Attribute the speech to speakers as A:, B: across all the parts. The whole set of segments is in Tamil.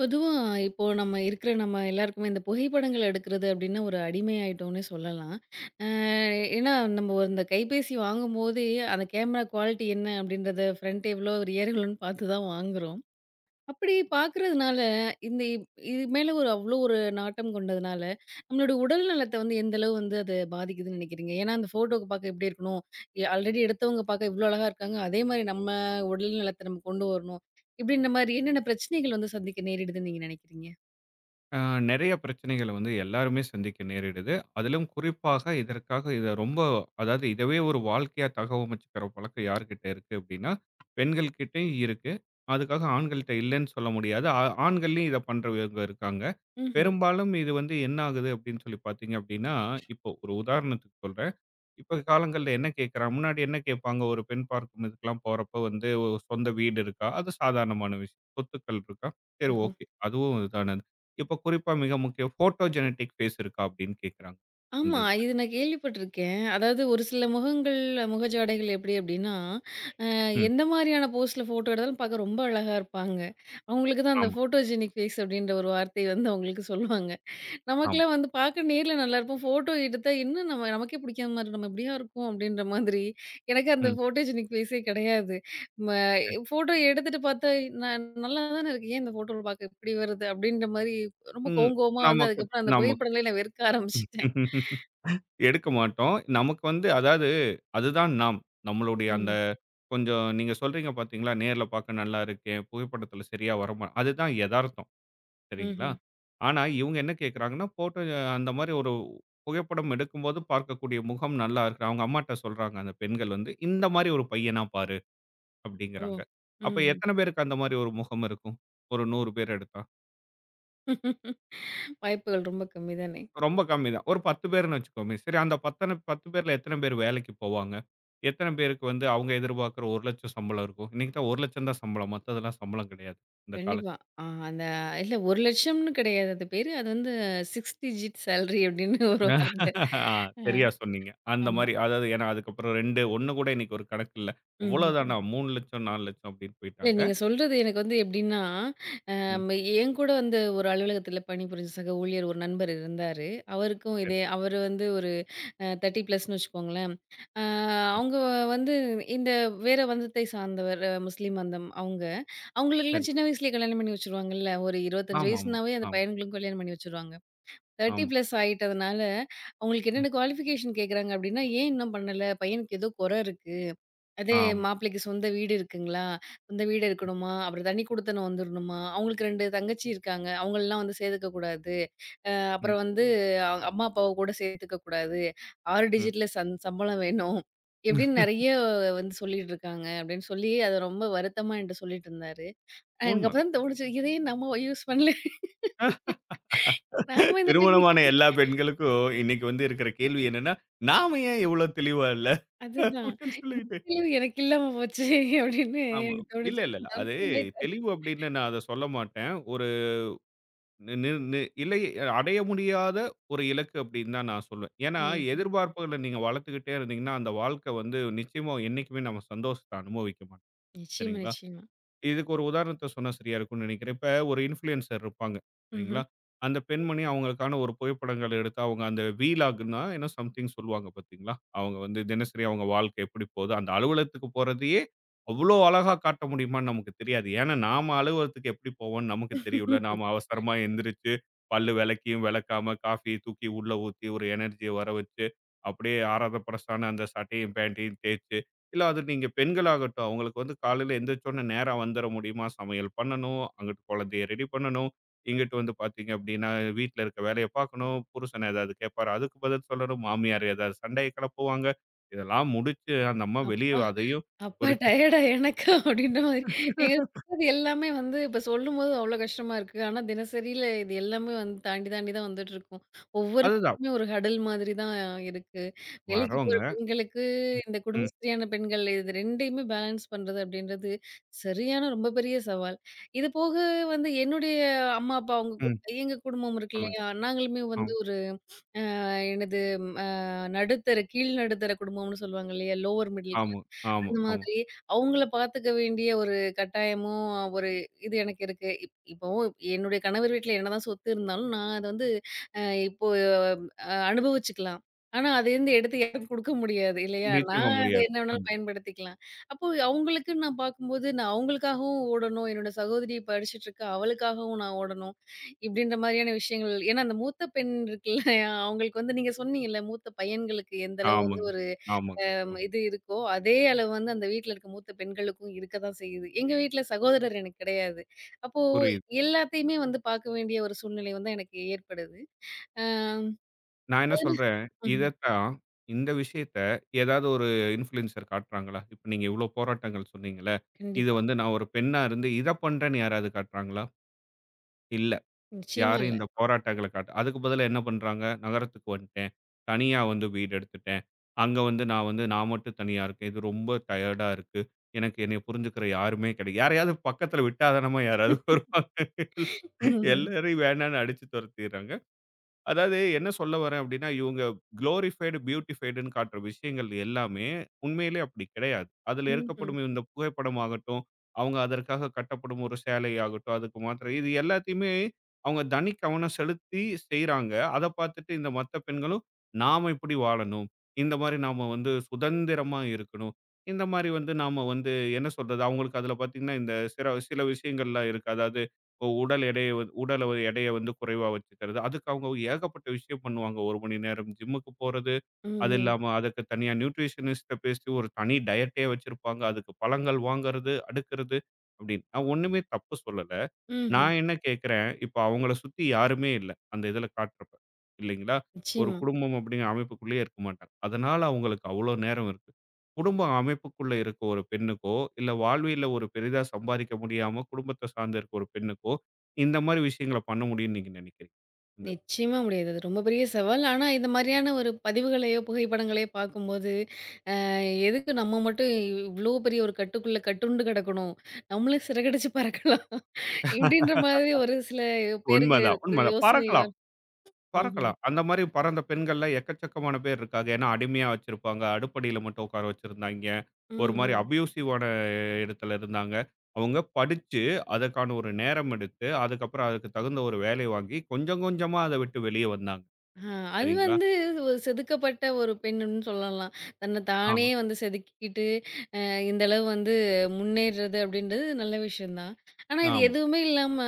A: பொதுவா, இப்போ நம்ம எல்லாருக்குமே இந்த புகைப்படங்கள் எடுக்கிறது அப்டின்னா, ஒரு அடிமை ஆயிட்டோம்னே சொல்லலாம். அ ஏன்னா, நம்ம ஒரு இந்த கைபேசி வாங்கும்போதே, அந்த கேமரா குவாலிட்டி என்ன? அப்டின்றத ஃப்ரண்ட் எவ்ளோ, ரியர் எவ்ளோன்னு பார்த்து தான் வாங்குறோம். அப்படி பார்க்கறதுனால, இது மேல ஒரு அவ்ளோ ஒரு நாட்டம் கொண்டதுனால, நம்மளோட உடல் நலத்த வந்து எந்த அளவு வந்து அது பாதிக்குதுன்னு நினைக்கிறீங்க? ஏன்னா, அந்த ஃபோட்டோக்கு பார்க்க எப்படி இருக்கணும்? ஆல்ரெடி எடுத்தவங்க பார்க்க இவ்ளோ அழகா இருக்காங்க. அதே மாரி நம்ம உடல் நலத்த நம்ம கொண்டு வரணும். இப்படின்ற மாரி என்னென்ன பிரச்சனைகள் வந்து சந்திக்க நேரிடுதுன்னு நீங்க நினைக்கிறீங்க?
B: ஆ நெறைய பிரச்சனைகள வந்து எல்லாருமே சந்திக்க நேரிடுது. அதிலும் குறிப்பாக இதற்காக இத ரொம்ப அதாவது இதவே ஒரு வாழ்க்கையா தகவமைச்சுக்கிற பழக்கம் யார்கிட்ட இருக்கு அப்டின்னா, பெண்கள் கிட்டயும் இருக்கு. அதுக்காக ஆண்கள்ட்ட இல்லன்னு சொல்ல முடியாது. ஆண்கள்லயும் இத பண்றவங்க இருக்காங்க.
A: ம்ஹ்ம்.
B: பெரும்பாலும் இது வந்து என்ன ஆகுது அப்டின்னு சொல்லி பார்த்தீங்க அப்டின்னா, இப்போ ஒரு உதாரணத்துக்கு சொல்றேன். இப்ப காலங்கள்ல என்ன கேட்குறான்? முன்னாடி என்ன கேட்பாங்க? ஒரு பெண் பார்க்கும் இதுக்கெல்லாம் போறப்ப வந்து ஒரு சொந்த வீடு இருக்கா? அது சாதாரணமான விஷயம். சொத்துக்கள் இருக்கா? சரி
A: ஓஹோ!
B: ஓகே. அதுவும் இதானது. இப்ப குறிப்பா மிக முக்கியம் ஃபோட்டோ ஜெனடிக் ஃபேஸ் இருக்கா? அப்படின்னு கேட்குறாங்க. அந்த
A: ஆமா,
B: இதுல.
A: இது நான் கேள்விப்பட்டிருக்கேன். அதாவது ஒரு சில முகங்கள் முகஜாடைகள் எப்படி அப்படின்னா,
B: ம்.
A: எந்த மாதிரியான போஸ்ட்ல ஃபோட்டோ எடுத்தாலும் பார்க்க ரொம்ப அழகா இருப்பாங்க. அவங்களுக்கு தான் அந்த
B: ஆமா,
A: ஃபோட்டோஜெனிக் ஃபேஸ் அப்டின்ற ஒரு வார்த்தை வந்து அவங்களுக்கு சொல்லுவாங்க.
B: ஆமா.
A: நமக்கெல்லாம் வந்து பார்க்க நேர்ல நல்லா இருப்போம். ஃபோட்டோ எடுத்தா இன்னும் நம்ம நமக்கே பிடிக்காத மாரி நம்ம இப்படியா இருக்கோம் அப்படின்ற மாதிரி. எனக்கு அந்த
B: ம்.
A: ஃபோட்டோஜெனிக் ஃபேஸே கிடையாது. ம
B: சரி.
A: ஃபோட்டோ எடுத்துட்டு பார்த்தா நான் நல்லா தானே இருக்கேன். ஏன் இந்த ஃபோட்டோல பார்க்க இப்படி வருது அப்படின்ற மாரி ரொம்ப
B: ம்.
A: கோவம் கோவமா வந்து
B: நமக்கு
A: அதுக்கப்புறம் அந்த
B: நமக்கு
A: புகைப்படங்களே நான் வெறுக்க ஆரம்பிச்சுட்டேன்.
B: எடுக்க மாட்டோம். நமக்கு வந்து அதாவது அதுதான் நாம். நம்மளுடைய அந்த
A: ம்.
B: கொஞ்சம் நீங்க சொல்றீங்க பார்த்தீங்களா? நேர்ல பார்க்க நல்லா இருக்கேன். புகைப்படத்துல சரியா வரமா அதுதான் எதார்த்தம். சரிங்களா?
A: ம்ஹ்ம்.
B: ஆனா, இவங்க என்ன கேட்கிறாங்கன்னா, ஃபோட்டோ அந்த மாரி ஒரு புகைப்படம் எடுக்கும்போது பார்க்கக்கூடிய முகம் நல்லா இருக்கு. அவங்க அம்மாட்ட சொல்றாங்க அந்த பெண்கள் வந்து, "இந்த மாரி ஒரு பையனா பாரு"
A: ஓ!
B: அப்படிங்கிறாங்க. அப்ப
A: ம்ஹ்ம்.
B: எத்தன பேருக்கு அந்த மாரி ஒரு முகம் இருக்கும்? ஒரு 100 பேர் எடுத்தா?
A: வாய்ப்புகள் ரொம்ப கம்மி தானே!
B: ரொம்ப கம்மி தான். ஒரு 10 பேருன்னு வச்சுக்கோமே. சரி அந்த பத்தன 10 பேர்ல எத்தன பேர் வேலைக்கு போவாங்க? எத்தன பேருக்கு வந்து அவங்க எதிர்பார்க்கிற 1,00,000 சம்பளம் இருக்கும்? இன்னைக்கு தான் 1,00,000 தான் சம்பளம். மத்ததெல்லாம் சம்பளம் கிடையாது இந்த கால
A: கண்டிப்பா. ஆ அந்த இல்ல, 1,00,000ன்னு கிடையாது, அது பேரு. அது வந்து 6 டிஜிட் சேலரி அப்படின்னு ஒரு
B: ஆ
A: வார்த்தை. அ
B: சரியா சொன்னீங்க. அந்த
A: ஆமா.
B: மாரி அதாவது ஏன்னா அதுக்கப்புறம் 2 1 கூட இன்னைக்கு ஒரு கணக்கு இல்ல.
A: ம்ஹ்ஹ்ம்.
B: அவ்வளோதானா 3,00,000 4,00,000 அப்படின்னு
A: இல்ல,
B: போயிட்டாங்க.
A: நீங்க சொல்றது எனக்கு வந்து எப்படின்னா,
B: ம்.
A: அம் என் கூட வந்து ஒரு அலுவலகத்தில பணிபுரிஞ்ச சக ஊழியர் ஒரு நண்பர் இருந்தாரு. அவருக்கும்
B: சரி,
A: இதே அவரு வந்து ஒரு 30 ப்ளஸ்ன்னு வச்சுக்கோங்களேன். அ
B: சரி,
A: அவங்க வந்து இந்த வேற வந்தத்தை சார்ந்தவர், முஸ்லீம் வந்தம் அவங்க. அவங்களுக்கெல்லாம்
B: சரி.
A: சின்ன வயசுலயே கல்யாணம் பண்ணி வச்சுருவாங்கல்ல. ஒரு 25
B: ஆமா, ஆமா,
A: வயசுனாவே அந்த
B: ஆமா,
A: பையன்களுக்கும் கல்யாணம் பண்ணி வச்சுருவாங்க. 30
B: ஆமா.
A: பிளஸ் ஆயிட்டதுனால, அவங்களுக்கு
B: ம்.
A: என்னென்ன குவாலிஃபிகேஷன் கேட்குறாங்க அப்டின்னா, "ஏன் இன்னும் பண்ணல? பையனுக்கு ஏதோ கொற இருக்கு. அதே
B: ஆமா.
A: மாப்பிள்ளைக்கு சொந்த வீடு இருக்குங்களா? சொந்த வீடு இருக்கணுமா? அப்புறம் தனி குடித்தனம் வந்துரணுமா? அவங்களுக்கு 2 தங்கச்சி இருக்காங்க. அவங்களலாம் வந்து சேர்த்துக்க கூடாது.
B: ம்,
A: அப்புறம் வந்து அவங்க அம்மா, அப்பாவ கூட சேர்த்துக்க கூடாது. 6
B: ம்.
A: டிஜிட்ல சம்பளம் வேணும்." இப்டின்னு நெறைய வந்து சொல்லிட்டு இருக்காங்க அப்டின்னு சொல்லி, அத ரொம்ப வருத்தமா என்ட்ட சொல்லிட்டு இருந்தாரு. எனக்கு அப்ப
B: உண்மதான்.
A: தான் தோணுச்சு, இதையும் நம்ம யூஸ் பண்ணல. நாம இந்த டெக்னிக்
B: திருமணமான எல்லா பெண்களுக்கும் இன்னைக்கு வந்து இருக்கிற கேள்வி என்னன்னா, நாம ஏன் இவ்ளோ தெளிவா இல்ல?
A: அதுதான்.
B: அப்படின்னு சொல்லிட்டு.
A: "இனிமேலு எனக்கு இல்லாம போச்சே!" அப்படின்னு
B: ஆமா.
A: எனக்கு
B: இல்ல,
A: தோணுச்சு.
B: இல்ல, இல்ல. அது தெளிவு அப்படின்னு நான் அத சொல்ல மாட்டேன். நி நி நி இல்லை அடைய முடியாத ஒரு இலக்கு அப்படின்னு தான் நான் சொல்லுவேன். ஏன்னா,
A: ம். ம்.
B: எதிர்பார்ப்புகள நீங்க வளர்த்துக்கிட்டே இருந்தீங்கன்னா, அந்த வாழ்க்கை வந்து நிச்சயமா என்னைக்குமே நம்ம சந்தோஷத்த அனுபவிக்க மாட்டோம்.
A: நிச்சயமா,
B: சரிங்களா?
A: நிச்சயமா.
B: இதுக்கு ஒரு உதாரணத்த சொன்னா சரியா இருக்கும்னு நினைக்கிறேன். இப்ப ஒரு இன்ஃப்ளூயன்சர் இருப்பாங்க.
A: ம்ஹ்ம்.
B: சரிங்களா? அந்த பெண்மணி அவங்களுக்கான ஒரு புகைப்படங்கள் எடுத்து அவங்க அந்த வீலாக்ன்னா ஏன்னா சம்திங் சொல்லுவாங்க பார்த்தீங்களா? அவங்க வந்து தினசரி அவங்க வாழ்க்கை எப்படி போகுது, அந்த அலுவலகத்துக்கு போறதையே அவ்வளோ அழகா காட்ட முடியுமான்னு நமக்கு தெரியாது. ஏன்னா நாம அலுவலகத்துக்கு எப்படி போவோம்ன்னு நமக்கு தெரியும்ல. நாம அவசரமா எந்திரிச்சு பல்லு விளக்கியும் விளக்காம காஃபிய தூக்கி உள்ள ஊத்தி ஒரு எனர்ஜிய வர வச்சு, அப்படியே ஆராத பரசான அந்த சட்டையும், பேண்ட்டையும் தேய்ச்சு இல்ல அது நீங்க பெண்களாகட்டும், அவங்களுக்கு வந்து காலையில எந்திரிச்சோனே நேரா வந்துர முடியுமா? சமையல் பண்ணணும், அங்கிட்டு குழந்தைய ரெடி பண்ணணும், இங்கிட்டு வந்து பார்த்தீங்க அப்படின்னா, வீட்ல இருக்க வேலைய பார்க்கணும், புருஷன் ஏதாவது கேட்பாரு, அதுக்கு பதில் சொல்லணும், மாமியார் ஏதாவது சண்டைய கிளப்புவாங்க. இதெல்லாம் முடிச்சு அந்த அம்மா வெளிய
A: அப்பா!
B: அதையும்
A: அப்பா
B: ஒரு சி-
A: டயர்டா எனக்கா? அப்படின்ற மாதிரி. நீங்க சொல்றது எல்லாமே வந்து இப்ப சொல்லும்போது அவ்ளோ கஷ்டமா இருக்கு. ஆனா தினசரில இது எல்லாமே வந்து தாண்டி தாண்டி தான் வந்துட்டுருக்கும். ஒவ்வொரு
B: அதுதான்
A: விஷயமுமே ஒரு ஹடல் மாதிரி தான் இருக்கு. வேலைக்கு போற
B: வரோங்க.
A: பெண்களுக்கு,
B: ம்,
A: இந்த
B: ம்,
A: குடும்பஸ்திரியான பெண்கள் இது 2யுமே பேலன்ஸ் பண்றது அப்படின்றது சரியான ரொம்ப பெரிய சவால். இது போக வந்து என்னுடைய அம்மா, அப்பா அவங்க
B: ம்.
A: எங்க குடும்பம் இருக்கு
B: சொல்லுங்க.
A: இல்லையா? நாங்களுமே
B: ஆமா,
A: வந்து ஒரு அ என்னது ம் அ நடுத்தர, கீழ் நடுத்தர குடும்பம்னு சொல்லுவாங்க இல்லையா? லோவர் மிடில்,
B: ஆமா, ஆமா,
A: அந்த
B: ஆமா.
A: மாதிரி அவங்கள பார்த்துக்க வேண்டிய ஒரு கட்டாயமும், ஒரு இது எனக்கு இருக்கு. இப்போ என்னுடைய கணவர் வீட்ல என்னதான் சொத்து இருந்தாலும், நான் அத வந்து அ இப்போ அ அனுபவிச்சுக்கலாம். ஆனா, அதுலேருந்து எடுத்து யாருக்கும் குடுக்க முடியாது இல்லையா? நான்
B: நிச்சயமா
A: அத
B: முடியாது.
A: என்ன வேணாலும்
B: அது
A: பயன்படுத்திக்கலாம். அப்போ அவங்களுக்குன்னு நான் பார்க்கும்போது, நான் அவங்களுக்காகவும் ஓடணும். என்னோட சகோதரி படிச்சுட்டுருக்கா, அவளுக்காகவும் நான் ஓடணும். இப்படின்ற மாரியான விஷயங்கள் ஏன்னா அந்த மூத்த பெண் இருக்குல்ல, அவங்களுக்கு வந்து நீங்க சொன்னீங்கல்ல, மூத்த பையன்களுக்கு எந்த அளவு வந்து
B: ஆமாங்க,
A: ஒரு
B: ஆமாங்க.
A: ஹம்,
B: ம்.
A: இது இருக்கோ, அதே அளவு வந்து அந்த வீட்ல இருக்க மூத்த பெண்களுக்கும் இருக்க தான் செய்யுது. எங்க வீட்ல சகோதரர் எனக்கு கிடையாது. அப்போ
B: புரியுது.
A: எல்லாத்தையுமே வந்து பார்க்க வேண்டிய ஒரு சூழ்நிலை வந்து எனக்கு ஏற்படுது. அ
B: நான் என்ன
A: அதுல
B: சொல்றேன்,
A: ம்ஹ்ம்.
B: இதத்தான் இந்த விஷயத்த ஏதாவது ஒரு இன்ஃப்ளூயன்சர் காட்டுறாங்களா? இப்ப நீங்க இவ்ளோ போராட்டங்கள் சொன்னீங்கல்ல, இது
A: கண்டிப்பா.
B: வந்து நான் ஒரு பெண்ணா இருந்து இத பண்றேன்னு யாராவது காட்டுறாங்களா? இல்ல.
A: நிச்சயமா
B: யாரும்
A: இல்ல.
B: இந்த போராட்டங்கள காட்ட அதுக்கு பதிலா என்ன பண்றாங்க, நகரத்துக்கு வந்துட்டேன். தனியா வந்து வீடு எடுத்துட்டேன். அங்க வந்து நான் மட்டும் தனியா இருக்கேன். இது ரொம்ப டயர்டா இருக்கு. எனக்கு என்னைய புரிஞ்சுக்கிற யாருமே கிடை யாரையாவது பக்கத்துல விட்டாதானமா யாராவது வருவாங்க.
A: ம்ஹ்ம்.
B: எல்லாரையும் வேணான்னு அடிச்சு துரத்திர்றாங்க. அதாவது என்ன சொல்ல வரேன் அப்படின்னா, இவங்க குளோரிஃபைடு, பியூட்டிஃபைடுன்னு காட்டுற விஷயங்கள் எல்லாமே உண்மையிலேயே அப்படி கிடையாது. அதில
A: ம்ஹ்ம்.
B: இருக்கப்படும் இந்த புகைப்படம் ஆகட்டும், அவங்க அதற்காக கட்டப்படும் ஒரு சேலை ஆகட்டும், அதுக்கு மாத்திரை இது எல்லாத்தையுமே அவங்க தனி கவனம் செலுத்தி செய்றாங்க. அத பார்த்துட்டு இந்த மத்த பெண்களும், நாம இப்படி வாழணும். இந்த மாரி நாம வந்து சுதந்திரமா இருக்கணும். இந்த மாரி வந்து நாம வந்து என்ன சொல்றது, அவங்களுக்கு அதில பார்த்தீங்கன்னா, இந்த சில விஷயங்கள்லாம் இருக்கு. அதாவது இப்போ உடல் எடையை வந்து உடல் ஒரு எடையை வந்து குறைவா வச்சுக்கிறது. அதுக்கு அவங்க ஏகப்பட்ட விஷயம் பண்ணுவாங்க. 1 மணி நேரம் ஜிம்முக்கு போறது, அது
A: ம்ஹ்ம்.
B: இல்லாம அதுக்கு தனியா நியூட்ரிஷனிஸ்ட்ட பேசி ஒரு தனி டயட்டே வச்சிருப்பாங்க. அதுக்கு பழங்கள் வாங்குறது, அடுக்குறது அப்படின்னு. நான் ஒண்ணுமே தப்பு சொல்லல.
A: ம்ஹ்ம்.
B: நான் என்ன கேட்கிறேன், இப்ப அவங்கள சுத்தி யாருமே இல்ல. அந்த இதுல காட்டுறப்ப. இல்லைங்களா? ஒரு
A: நிச்சயமா.
B: குடும்பம் அப்படிங்கிற அமைப்புக்குள்ளேயே இருக்க மாட்டாங்க. அதனால அவங்களுக்கு அவ்வளோ நேரம் இருக்கு. குடும்ப அமைப்புக்குள்ள இருக்க ஒரு பெண்ணுக்கோ, இல்ல வாழ்வியல்ல ஒரு பெரிதா சம்பாதிக்க முடியாம குடும்பத்த சார்ந்து இருக்க ஒரு பெண்ணுக்கோ, இந்த மாரி விஷயங்கள பண்ண முடியும்னு நீங்க நினைக்கிறீங்க? இந்த
A: நிச்சயமா முடியாது. அது ரொம்ப பெரிய சவால். ஆனா, இந்த மாரியான ஒரு பதிவுகளையோ, புகைப்படங்களையோ பார்க்கும்போது எதுக்கு நம்ம மட்டும் இவ்ளோ பெரிய ஒரு கட்டுக்குள்ள கட்டுண்டு கிடக்கணும். நம்மளும் சிறகடிச்சு பறக்கலாம். இப்படின்ற மாதிரி ஒரு சில பேருக்கு
B: உண்மதான்,
A: இது
B: உண்மதான்.
A: யோசனை வ
B: பறக்கலாம்.
A: ம்ஹ்ம்.
B: பறக்கலாம். அந்த மாரி பறந்த பெண்கள்லாம் எக்கச்சக்கமான பேர் இருக்காங்க. ஏன்னா, அடிமையா வச்சிருப்பாங்க. அடுப்படியில மட்டும் உட்கார வச்சிருந்தாய்ங்க. ஒரு மாரி
A: ம்ஹ்ம்.
B: அப்யூசிவான இடத்துல இருந்தாங்க. அவங்க படிச்சு, அதற்கான ஒரு நேரம் எடுத்து, அதுக்கப்புறம் அதுக்கு தகுந்த ஒரு வேலை வாங்கி, கொஞ்சம் கொஞ்சமா அத விட்டு வெளிய வந்தாங்க.
A: ஆ அது
B: சரிங்களா?
A: வந்து ஒரு செதுக்கப்பட்ட ஒரு பெண்ணுன்னு சொல்லலாம். தன்னை தானே
B: ஆமா,
A: வந்து செதுக்கிக்கிட்டு, இந்த அளவு வந்து முன்னேறுறது அப்படின்றது நல்ல விஷயம் தான். ஆனா இது
B: ஆமா.
A: எதுவுமே இல்லாம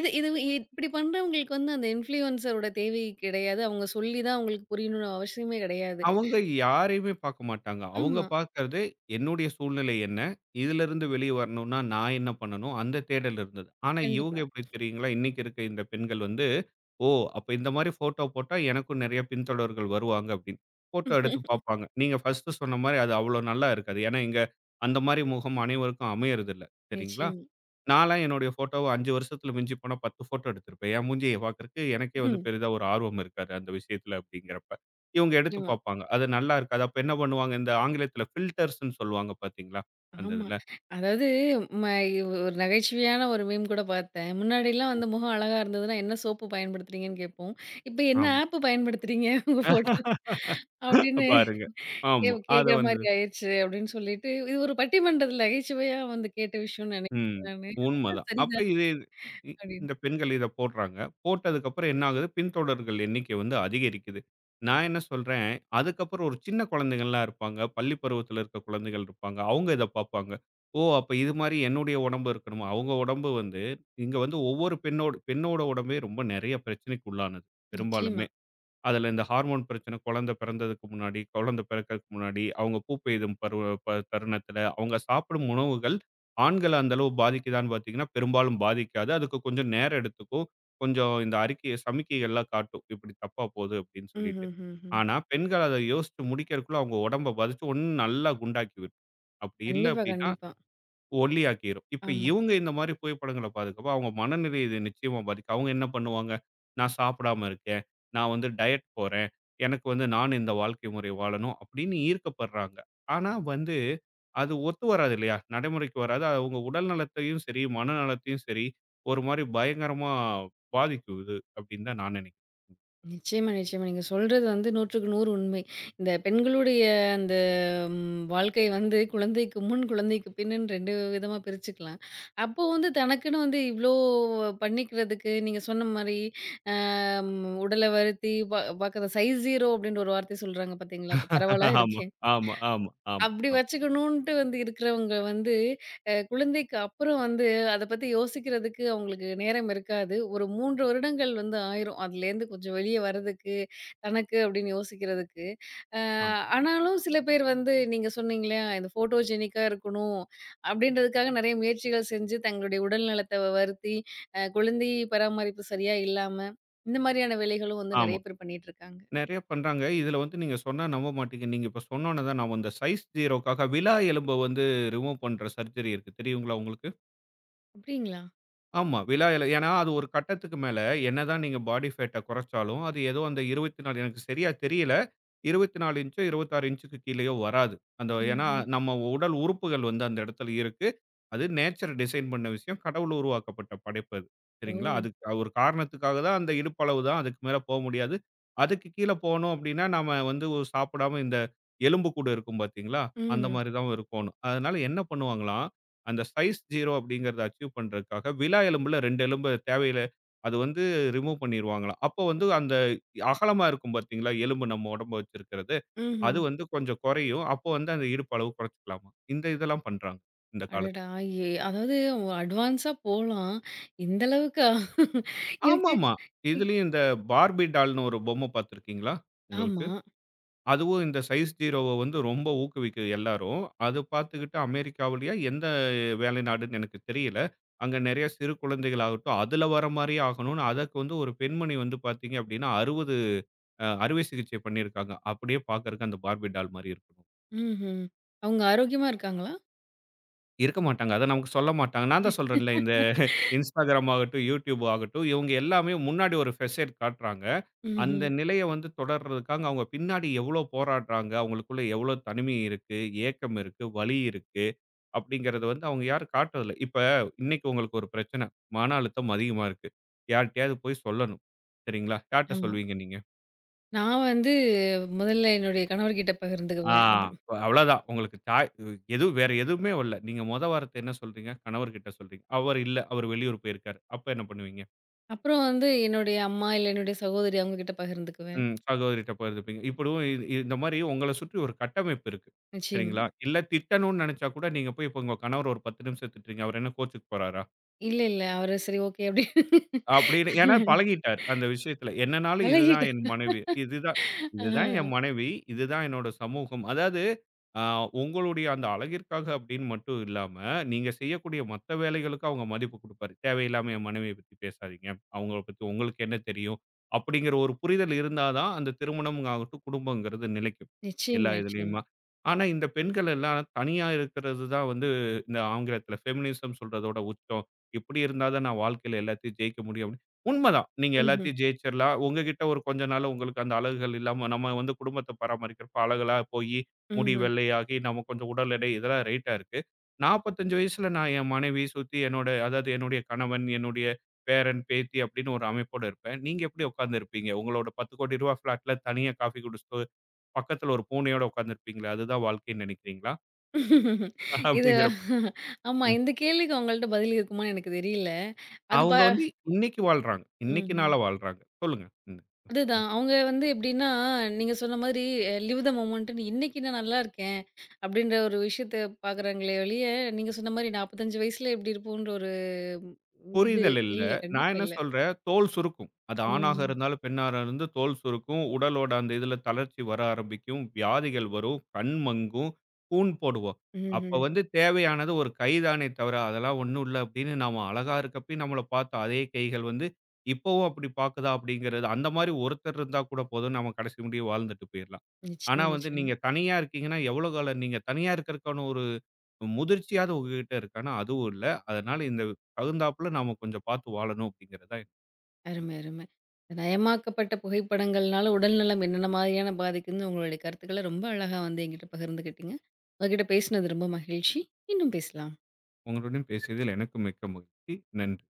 A: இது இது இப்படி பண்றவங்களுக்கு வந்து அந்த இன்ஃப்ளூயன்ஸரோட தேவை கிடையாது. அவங்க சொல்லி தான் அவங்களுக்கு புரியணும்னு அவசியமே கிடையாது.
B: அவங்க யாரையுமே பாக்க மாட்டாங்க. அவங்க
A: ஆமா.
B: பாக்கறது, என்னுடைய சூழ்நிலை என்ன? இதிலிருந்து வெளிய வரணும்னா நான் என்ன பண்ணணும்? அந்த தேடல் இருந்தது. ஆனா, இவங்க
A: கண்டிப்பா.
B: எப்படி தெரியுங்களா? இன்னைக்கு இருக்க இந்த பெண்கள் வந்து ஓ! அப்ப இந்த மாரி ஃபோட்டோ போட்டா எனக்கும் நெறைய பின்தொடர்கள் வருவாங்க அப்படின்னு. ஃபோட்டோ எடுத்து பார்ப்பாங்க. நீங்க ஃபர்ஸ்ட்டு சொன்ன மாரி அது அவ்வளோ நல்லா இருக்காது. ஏன்னா, இங்க அந்த மாரி முகம் அனைவருக்கும் அமையறதில்ல. சரிங்களா?
A: நிச்சயமா.
B: நான்லாம் என்னுடைய ஃபோட்டோவ 5 வருஷத்துல மிஞ்சி போனா 10 ஃபோட்டோ எடுத்திருப்பேன். என் மூஞ்சிய பார்க்கறக்கு எனக்கே வந்து
A: ம்.
B: பெரிதா ஒரு ஆர்வம் இருக்காது அந்த விஷயத்துல அப்படிங்கிறப்ப. இவங்க எடுத்து
A: நிச்சயமா.
B: பார்ப்பாங்க. அது நல்லா இருக்காது. அப்ப என்ன பண்ணுவாங்க, இந்த ஆங்கிலத்துல ஃபில்டர்ஸ்ன்னு சொல்லுவாங்க பார்த்தீங்களா? அந்த
A: ஆமா.
B: இதுல.
A: அதாவது ம ஒரு நகைச்சுவையான ஒரு மீம் கூட பார்த்தேன். முன்னாடிலாம் வந்து முகம் அழகா இருந்ததுன்னா, "என்ன சோப்பு பயன்படுத்துறீங்கன்னு?" கேட்போம். இப்ப "என்ன
B: ஆமா.
A: ஆப் பயன்படுத்துறீங்க உங்க ஃபோட்டோ" அப்படின்னு
B: பாருங்க. ஆமா. அத
A: கேட்கிற
B: வந்து
A: மாரி ஆயிருச்சு அப்படின்னு சொல்லிட்டு, இது ஒரு பட்டிமன்றத்தில நகைச்சுவையா வந்து கேட்ட விஷயம்னு
B: ம்.
A: நினைக்கிறேன் நானு. ஆமா,
B: உண்மதான். அப்ப
A: சரிதான்
B: இது இ
A: அப்படின்னு.
B: இந்த பெண்கள் இத போடுறாங்க. போட்டதுக்கப்புறம் என்ன ஆகுது? பின்தொடர்கள் எண்ணிக்கை வந்து அதிகரிக்குது. நான் என்ன சொல்றேன், அதுக்கப்புறம் ஒரு சின்ன குழந்தைங்கள்லாம் இருப்பாங்க. பள்ளி பருவத்தில இருக்க குழந்தைகள் இருப்பாங்க. அவங்க இத பார்ப்பாங்க. ஓ! அப்ப இது மாரி என்னுடைய உடம்பு இருக்கணுமா? அவங்க உடம்பு வந்து இங்க வந்து ஒவ்வொரு பெண்ணோட பெண்ணோட உடம்பே ரொம்ப நெறைய பிரச்சனைக்கு உள்ளானது பெரும்பாலும்.
A: நிச்சயமா.
B: அதில இந்த ஹார்மோன் பிரச்சனை குழந்த பிறந்ததுக்கு முன்னாடி, குழந்த பிறக்கறக்கு முன்னாடி, அவங்க பூப்பெய்தும் பருவ தருணத்தில, அவங்க சாப்பிடும் உணவுகள் ஆண்கள அந்த அளவு பாதிக்குதான்னு பார்த்தீங்கன்னா, பெரும்பாலும் பாதிக்காது. அதுக்கு கொஞ்சம் நேரம் எடுத்துக்கும். கொஞ்சம் இந்த அறிக்கை சமிக்கைகள்லாம் காட்டும். இப்படி தப்பா போகுது அப்படின்னு சொல்லிட்டு.
A: ம்ஹ்ஹ்ஹ்ம்.
B: ஆனா, பெண்கள் அத யோசிச்சு முடிக்கிறதுக்குள்ள அவங்க உடம்ப பாதிச்சு ஒண்ணு நல்லா குண்டாக்கி விடும். அப்படி இல்ல
A: கண்டிப்பா,
B: அப்படின்னா
A: கண்டிப்பா.
B: ஒல்லியாக்கிரும். இப்ப
A: ஆமா.
B: இவங்க இந்த மாரி புகைப்படங்கள பாதுகாப்ப அவங்க மனநிலை இது நிச்சயமா பாதிக்கும். அவங்க என்ன பண்ணுவாங்க? நான் சாப்பிடாம இருக்கேன். நான் வந்து டயட் போறேன். எனக்கு வந்து நான் இந்த வாழ்க்கை முறை வாழணும் அப்படின்னு ஈர்க்கப்படுறாங்க. ஆனா வந்து அது ஒத்து வராது இல்லையா? நடைமுறைக்கு வராது. அது அவங்க உடல் நலத்தையும் சரி, மனநலத்தையும் சரி ஒரு மாரி பயங்கரமா பாதிக்குது அப்படின்னு தான் நான் நினைக்கிறேன்.
A: நிச்சயமா, நிச்சயமா. நீங்க சொல்றது வந்து 100க்கு 100 உண்மை. இந்த பெண்களுடைய அந்த வாழ்க்கை வந்து குழந்தைக்கு முன், குழந்தைக்கு பின்னுன்னு 2 விதமா பிரிச்சுக்கலாம். அப்போ வந்து தனக்குன்னு வந்து இவ்ளோ பண்ணிக்கிறதுக்கு நீங்க சொன்ன மாரி, அ ம் உடல வருத்தி பாக்க "சைஸ் 0" அப்டின்ற ஒரு வார்த்தை சொல்றாங்க பாத்தீங்களா? அப்ப பரவலா
B: ஆமா,
A: இருக்கே!
B: ஆமா, ஆமா, ஆமா,
A: அப்படி
B: ஆமா,
A: வச்சுக்கணுன்ட்டு வந்து இருக்கிறவங்க வந்து, குழந்தைக்கு அப்புறம் வந்து அத பத்தி யோசிக்கிறதுக்கு அவங்களுக்கு நேரம் இருக்காது. ஒரு 3 வருடங்கள் வந்து ஆயிரும். அதுலேருந்து கொஞ்சம் வெளிய வர்றதுக்கு, தனக்கு அப்படின்னு யோசிக்கிறதுக்கு. அ
B: ஆமா,
A: ஆனாலும் சில பேர் வந்து நீங்க சொன்னீங்கல்லையா, இந்த ஃபோட்டோஜெனிக்கா இருக்கணும் அப்படின்றதுக்காக நெறைய முயற்சிகள் செஞ்சு தங்களுடைய உடல் நலத்த வருத்தி, குழந்தை பராமரிப்பு சரியா இல்லாம, இந்த மாரியான வேலைகளும் வந்து
B: ஆமா.
A: நெறைய பேர் பண்ணிட்டு இருக்காங்க.
B: நெறைய பண்றாங்க. இதுல வந்து நீங்க சொன்னா நம்ப மாட்டீங்க. நீங்க இப்ப சொன்னோன தான் ஞாபகம் வந்தது. சைஸ் 0க்காக விலா எலும்ப வந்து ரிமூவ் பண்ற சர்ஜரி இருக்கு. தெரியுங்களா உங்களுக்கு?
A: அப்படிங்களா?
B: ஆமா. விழா இல ஏன்னா அது ஒரு கட்டத்துக்கு மேல என்னதான் நீங்க பாடி ஃபேட்ட குறைச்சாலும், அது ஏதோ அந்த 24 எனக்கு சரியா தெரியல. 24 இன்ச்சோ, 26 இன்ச்சுக்கு கீழயோ வராது. அந்த ஏன்னா
A: ம்ஹ்ம்.
B: நம்ம உடல் உறுப்புகள் வந்து அந்த இடத்துல இருக்கு. அது நேச்சர் டிசைன் பண்ண விஷயம். கடவுள் உருவாக்கப்பட்ட படைப்பு அது.
A: ஓ!
B: சரிங்களா? அதுக்கு ஒரு காரணத்துக்காக தான் அந்த இடுப்பு அளவு தான். அதுக்கு மேல போ முடியாது. அதுக்கு கீழ போணும் அப்டின்னா, நாம வந்து ஒரு சாப்பிடாம இந்த எலும்பு கூடு இருக்கும் பார்த்தீங்களா? அந்த
A: ம்ஹ்ம்.
B: மாரி தான் இருக்கோணும். அதனால என்ன பண்ணுவாங்களாம்? அந்த சைஸ் 0 அப்படிங்கிறத அச்சீவ் பண்றதுக்காக, விலா எலும்புல 2 எலும்பு தேவையில்ல அது வந்து ரிமூவ் பண்ணிருவாங்களாம். அப்போ வந்து அந்த அகலமா இருக்கும் பார்த்தீங்களா? எலும்பு நம்ம உடம்பு வச்சிருக்கிறது. அது
A: ம்ஹ்ம்.
B: வந்து கொஞ்சம் குறையும். அப்போ வந்து அந்த இடுப்பு அளவு குறைச்சுக்கலாமா. இந்த இதெல்லாம் பண்றாங்க, இந்த காலத்துல.
A: அடடா! அதாவது அட்வான்ஸா போலாம். இந்த அளவுக்கா? எனக்கு
B: ஆமாமா.
A: இ
B: இதுலயும் இந்த பார்பி டால்ன்னு ஒரு பொம்மை பார்த்திருக்கீங்களா உங்களுக்கு?
A: ஆமா.
B: அதுவும் இந்த சைஸ் ஜீரோவ வந்து ரொம்ப ஊக்குவிக்குது எல்லாரும். அது பார்த்துக்கிட்டு அமெரிக்காவிலயா எந்த வேலை நாடுன்னு எனக்கு தெரியல. அங்க நெறைய சிறு குழந்தைகள் ஆகட்டும், அதுல வர மாரியே ஆகணும்னு அதற்கு வந்து ஒரு பெண்மணி வந்து பார்த்தீங்க அப்டின்னா, 60 அறுவை சிகிச்சை பண்ணியிருக்காங்க. அப்டியே பார்க்கறக்கு அந்த பார்பி டால் மாரி இருக்கணும்.
A: ம்ஹ்ம். அவங்க ஆரோக்கியமா இருக்காங்களா?
B: இருக்க மாட்டாங்க. அத நமக்கு சொல்ல மாட்டாங்க. நான் தான் சொல்றேன்ல. Instagram ஆகட்டும், YouTube ஆகட்டும், இவங்க எல்லாமே முன்னாடி ஒரு ஃபெசைட் காட்டுறாங்க. அந்த
A: ம்ஹ்ம்.
B: நிலைய வந்து தொடர்றதுக்காக அவங்க பின்னாடி எவ்ளோ போராடுறாங்க, அவங்களுக்குள்ள எவ்ளோ தனிமை இருக்கு, ஏக்கம் இருக்கு, வலி இருக்கு அப்படிங்கிறத வந்து அவங்க யாரும் காட்டுறதில்ல. இப்ப இன்னைக்கு உங்களுக்கு ஒரு பிரச்சனை, மன அழுத்தம் அதிகமா இருக்கு. யார்ட்டயாவது போய் சொல்லணும். சரிங்களா? யார்ட்ட
A: ஆமா.
B: சொல்வீங்க நீங்க?
A: நான் வந்து முதல்ல என்னுடைய கணவர்கிட்ட
B: ஆ
A: பகிர்ந்துக்குவேன். அப்புறம்
B: அவ்வளோதான். உங்களுக்கு சாய் எதுவும் வேற எதுவுமே வரல. நீங்க மொத வார்த்தை என்ன சொல்றீங்க? கணவர்கிட்ட சொல்றீங்க. அவர் இல்ல, அவர் வெளியூர் போயிருக்காரு. அப்ப என்ன பண்ணுவீங்க?
A: அப்புறம் வந்து என்னுடைய அம்மா இல்ல என்னுடைய சகோதரி அவங்க கிட்ட பகிர்ந்துக்குவேன்.
B: ம். சகோதரிட்ட பகிர்ந்துப்பீங்க. இப்படியும் இ இ- இந்த மாரி உங்கள சுற்றி ஒரு கட்டமைப்பு இருக்கு.
A: நிச்சயமா.
B: சரிங்களா? இல்ல திட்டணும்னு நெனச்சா கூட நீங்க போய் இப்ப உங்க கணவர் ஒரு 10 நிமிஷம் திட்டுறீங்க. அவரு என்ன கோச்சுக்க போறாரா?
A: இல்ல, இல்ல. அவரு சரி, ஓகே அப்படின்னு
B: அப்படின்னு ஏன்னா பழகிட்டார் அந்த விஷயத்துல. என்னனாலும் இதுதான் என்
A: பழகிட்டேன்.
B: மனைவி. இதுதான் இதுதான் என்
A: ஆ
B: மனைவி. இதுதான் என்னோட சமூகம். அதாவது அ உங்களுடைய அந்த அழகிற்காக அப்படின்னு மட்டும் இல்லாம, நீங்க செய்யக்கூடிய மத்த வேலைகளுக்கும் அவங்க மதிப்பு குடுப்பாரு. தேவையில்லாம என் மனைவிய பத்தி பேசாதீங்க. அவங்கள பத்தி உங்களுக்கு என்ன தெரியும்? அப்படிங்கிற ஒரு புரிதல் இருந்தா தான் அந்த திருமணம் ஆகட்டும், குடும்பங்கிறது நிலைக்கும். எல்லா
A: நிச்சயமா, நிச்சயமா.
B: இதுலயுமா. ஆனா இந்த பெண்கள் எல்லாம் தனியா இருக்கிறது தான் வந்து இந்த ஆங்கிலத்துல ஃபெமினிசம் சொல்றதோட உச்சம். இப்படி இருந்தா தான் நான் வாழ்க்கையில எல்லாத்தையும் ஜெயிக்க முடியும் அப்படின்னு. உண்மைதான். நீங்க
A: ம்ஹ்ம்.
B: எல்லாத்தையும் ஜெயிச்சிடலாம். உங்ககிட்ட ஒரு கொஞ்ச நாள் உங்களுக்கு அந்த அழகுகள் இல்லாம நம்ம வந்து குடும்பத்த பராமரிக்கிறப்ப அழகெல்லா போயி, முடி
A: ம்ஹ்ம்.
B: வெள்ளையாகி, நம்ம கொஞ்சம் உடல் எடை இதெல்லாம் ரைட்டா இருக்கு. 45 வயசுல நான் என் மனைவி சுத்தி என்னோட அதாவது என்னுடைய கணவன், என்னுடைய பேரன், பேத்தி அப்படின்னு ஒரு அமைப்போட இருப்பேன். நீங்க எப்படி உட்கார்ந்து இருப்பீங்க? உங்களோட ரூ. 10,00,00,00,000 ஃபிளாட்ல தனியா காஃபி குடிச்சுட்டு, பக்கத்துல ஒரு பூனையோட உட்கார்ந்திருப்பீங்களே, அதுதான் வாழ்க்கைன்னு நினைக்கிறீங்களா?
A: இது
B: அப்படிங்கிறப்ப
A: ஆமா. இந்த கேள்விக்கு அவங்கள்ட்ட பதில் இருக்குமான்னு எனக்கு தெரியல. அது ப
B: அவங்க வந்து இன்னைக்கு வாழ்றாங்க. இன்னைக்கு நாள
A: ம்ஹ்ம்.
B: வாழ்றாங்க. சொல்லுங்க. ம்.
A: அதுதான். அவங்க வந்து எப்படின்னா, நீங்க சொன்ன மாதிரி லிவ் த மொமெண்ட்ன்னு இன்னைக்கு நான் நல்லா இருக்கேன், அப்படின்ற ஒரு விஷயத்த பார்க்குறாங்களே ஒழிய, நீங்க சொன்ன மாரி 45 வயசுல எப்படி இருப்போன்ற ஒரு இது
B: புரிதல் இல்ல.
A: இல்ல.
B: நான்
A: கண்டிப்பா
B: என்ன
A: இல்ல.
B: சொல்றேன், தோல் சுருக்கும். அது ஆணாக
A: ம்.
B: இருந்தாலும், பெண்ணாக இருந்து தோல் சுருக்கும். உடலோட அந்த இதுல தளர்ச்சி வர ஆரம்பிக்கும். வியாதிகள் வரும். கண் மங்கும். கூன் போடுவோம். அப்ப
A: ம்ஹ்ம்.
B: வந்து தேவையானது ஒரு கை தானே தவிர, அதெல்லாம் ஒண்ணும் இல்ல அப்படின்னு நாம அழகா இருக்கப்பயும் நம்மள பார்த்த அதே கைகள் வந்து, இப்பவும் அப்படி பாக்குதா அப்படிங்கிறது அந்த மாரி ஒருத்தர் இருந்தா கூட போதும். நம்ம கடைசி முடிய வாழ்ந்துட்டு போயிரலாம். ஆனா
A: நிச்சயமா,
B: வந்து
A: நிச்சயமா.
B: நீங்க தனியா இருக்கீங்கன்னா, எவ்வளோ காலம் நீங்க தனியா இருக்கறதுக்கான ஒரு முதிர்ச்சியாவது உங்ககிட்ட இருக்கு. ஆனா அதுவும் இல்ல. அதனால இந்த தகுந்தாப்புல நாம கொஞ்சம் பார்த்து வாழணும் அப்படிங்கிறது தான்
A: அருமை, அருமை. நயமாக்கப்பட்ட புகைப்படங்கள்னால உடல்நலம் என்னென்ன மாதிரியான பாதிக்குதுன்னு உங்களுடைய கருத்துக்கள ரொம்ப அழகா வந்து என்கிட்ட பகிர்ந்துக்கிட்டீங்க. உங்ககிட்ட பேசினது ரொம்ப மகிழ்ச்சி. இன்னும் பேசலாம்.
B: உங்களுடன் பேசியதில் எனக்கு மிக்க மகிழ்ச்சி. நன்றி.